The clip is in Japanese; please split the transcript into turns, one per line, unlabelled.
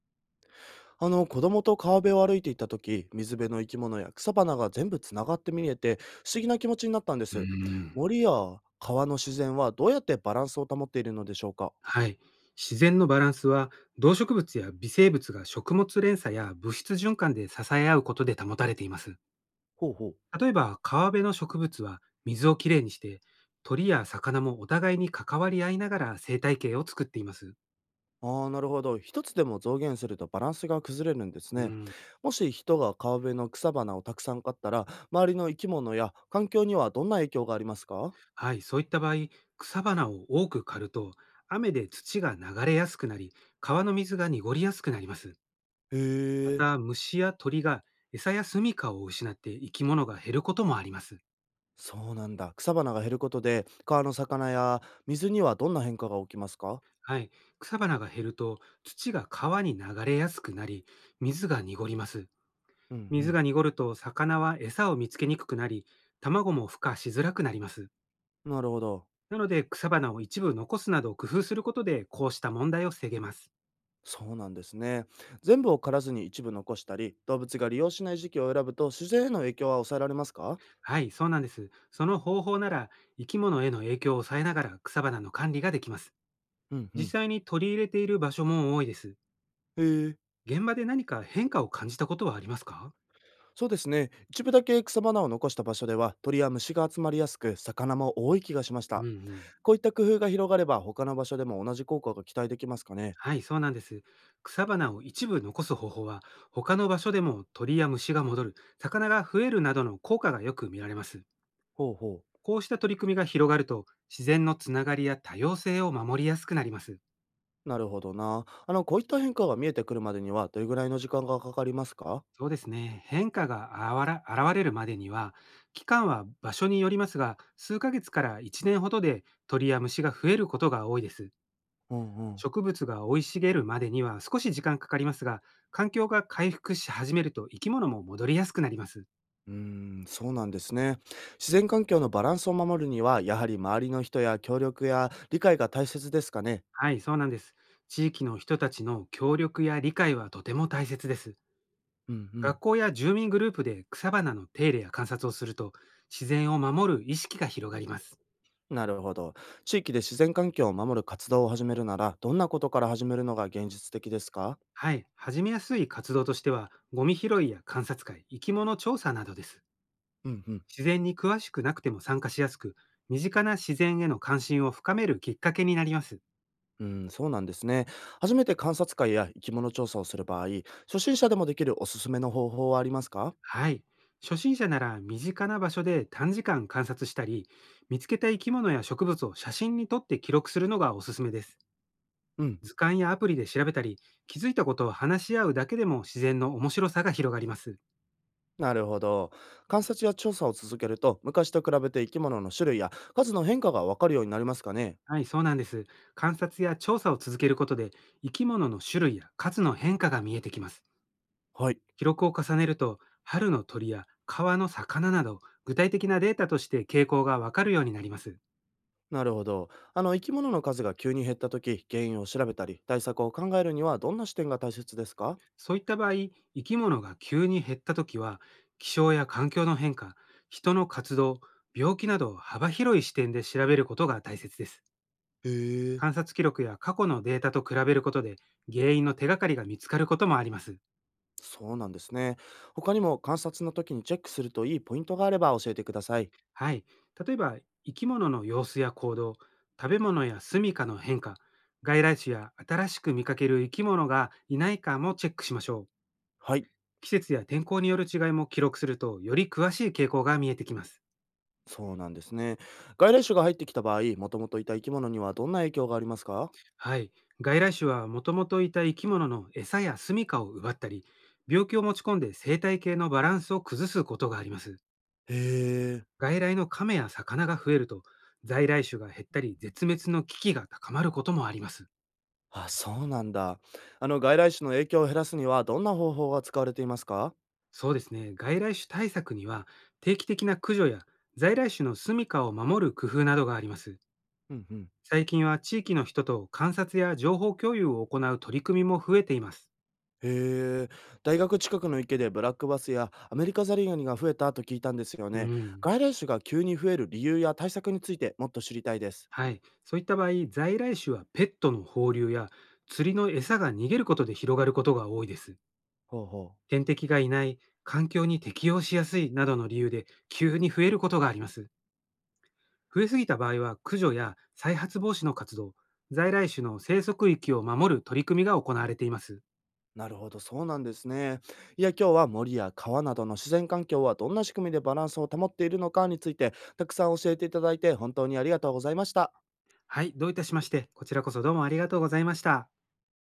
あの、子供と川辺を歩いていた時、水辺の生き物や草花が全部つながって見えて、不思議な気持ちになったんで
うー
す。
ん、
森や川の自然はどうやってバランスを保っているのでしょうか？
はい。自然のバランスは動植物や微生物が食物連鎖や物質循環で支え合うことで保たれています。
ほうほう。
例えば川辺の植物は水をきれいにして鳥や魚もお互いに関わり合いながら生態系を作っています。
ああ、ーなるほど、一つでも増減するとバランスが崩れるんです
う
ね。
ん、
もし人が川辺の草花をたくさん買ったら、周りの生き物や環境にはどんな影響がありますか？
はい、そういった場合、草花を多く刈ると雨で土が流れやすくなり、川の水が濁りやすくなります。
へ
ま
え。
た虫や鳥が餌や住処を失って生き物が減ることもあります。
そうなんだ。草花が減ることで川の魚や水にはどんな変化が起きますか？
はい。草花が減ると土が川に流れやすくなり、水が濁ります。
うんう
水
ん。
が濁ると魚は餌を見つけにくくなり、卵も孵化しづらくなります。
なるほど。
なので草花を一部残すなど工夫することでこうした問題を防げます。
そうなんですね。全部を刈らずに一部残したり、動物が利用しない時期を選ぶと自然への影響は抑えられますか？
はい、そうなんです。その方法なら生き物への影響を抑えながら草花の管理ができます。
うんうん。
実際に取り入れている場所も多いです。
へえ。
現場で何か変化を感じたことはありますか？
そうですね。一部だけ草花を残した場所では鳥や虫が集まりやすく、魚も多い気がしまし
うん
た。
うん。
こういった工夫が広がれば他の場所でも同じ効果が期待できますかね？
はい、そうなんです。草花を一部残す方法は、他の場所でも鳥や虫が戻る、魚が増えるなどの効果がよく見られます。
ほうほ
こうした取り組みが広がると、自然のつながりや多様性を守りやすくなります。
う。なるほどな。あの、こういった変化が見えてくるまでにはどれぐらいの時間がかかりますか？
そうですね。変化があわら現れるまでには、期間は場所によりますが、数ヶ月から1年ほどで鳥や虫が増えることが多いです。
うんうん。
植物が生い茂るまでには少し時間かかりますが、環境が回復し始めると生き物も戻りやすくなります。
うーそうなんですね。自然環境のバランスを守るには、やはり周りの人や協力や理解が大切ですかね。
はい、そうなんです。地域の人たちの協力や理解はとても大切です。
うんうん。
学校や住民グループで草花の手入れや観察をすると、自然を守る意識が広がります。
なるほど。地域で自然環境を守る活動を始めるなら、どんなことから始めるのが現実的ですか？
はい、始めやすい活動としては、ゴミ拾いや観察会、生き物調査などです。
うんうん。
自然に詳しくなくても参加しやすく、身近な自然への関心を深めるきっかけになります。
うん、そうなんですね。初めて観察会や生き物調査をする場合、初心者でもできるおすすめの方法はありますか？
はい。初心者なら身近な場所で短時間観察したり、見つけた生き物や植物を写真に撮って記録するのがおすすめです。
うん。
図鑑やアプリで調べたり、気づいたことを話し合うだけでも自然の面白さが広がります。
なるほど。観察や調査を続けると、昔と比べて生き物の種類や数の変化がわかるようになりますかね？
はい、そうなんです。観察や調査を続けることで、生き物の種類や数の変化が見えてきます。
はい。
記録を重ねると、春の鳥や川の魚など、具体的なデータとして傾向がわかるようになります。
なるほど。あの、生き物の数が急に減った時、原因を調べたり、対策を考えるにはどんな視点が大切ですか？
そういった場合、生き物が急に減ったときは、気象や環境の変化、人の活動、病気など幅広い視点で調べることが大切です。
へえ。
観察記録や過去のデータと比べることで、原因の手がかりが見つかることもあります。
そうなんですね。他にも観察の時にチェックするといいポイントがあれば教えてください。
はい。例えば、生き物の様子や行動、食べ物や住処の変化、外来種や新しく見かける生き物がいないかもチェックしましょう。
はい、
季節や天候による違いも記録すると、より詳しい傾向が見えてきます。
そうなんですね。外来種が入ってきた場合、もともといた生き物にはどんな影響がありますか？
はい。外来種はもともといた生き物の餌や住処を奪ったり、病気を持ち込んで生態系のバランスを崩すことがあります。
へえ。
外来の亀や魚が増えると、在来種が減ったり、絶滅の危機が高まることもあります。
あ、そうなんだ。あの、外来種の影響を減らすにはどんな方法が使われていますか？
そうですね。外来種対策には、定期的な駆除や在来種の住処を守る工夫などがあります。
うんうん。
最近は地域の人と観察や情報共有を行う取り組みも増えています。
へえ、大学近くの池でブラックバスやアメリカザリガニが増えたと聞いたんですよ
う
ね。
ん。
外来種が急に増える理由や対策についてもっと知りたいです。
はい、そういった場合、在来種はペットの放流や釣りの餌が逃げることで広がることが多いです。
ほうほう。
天敵がいない、環境に適応しやすいなどの理由で急に増えることがあります。増えすぎた場合は駆除や再発防止の活動、在来種の生息域を守る取り組みが行われています。
なるほど、そうなんですね。いや、今日は森や川などの自然環境はどんな仕組みでバランスを保っているのかについてたくさん教えていただいて本当にありがとうございました。
はい、どういたしまして、こちらこそどうもありがとうございました。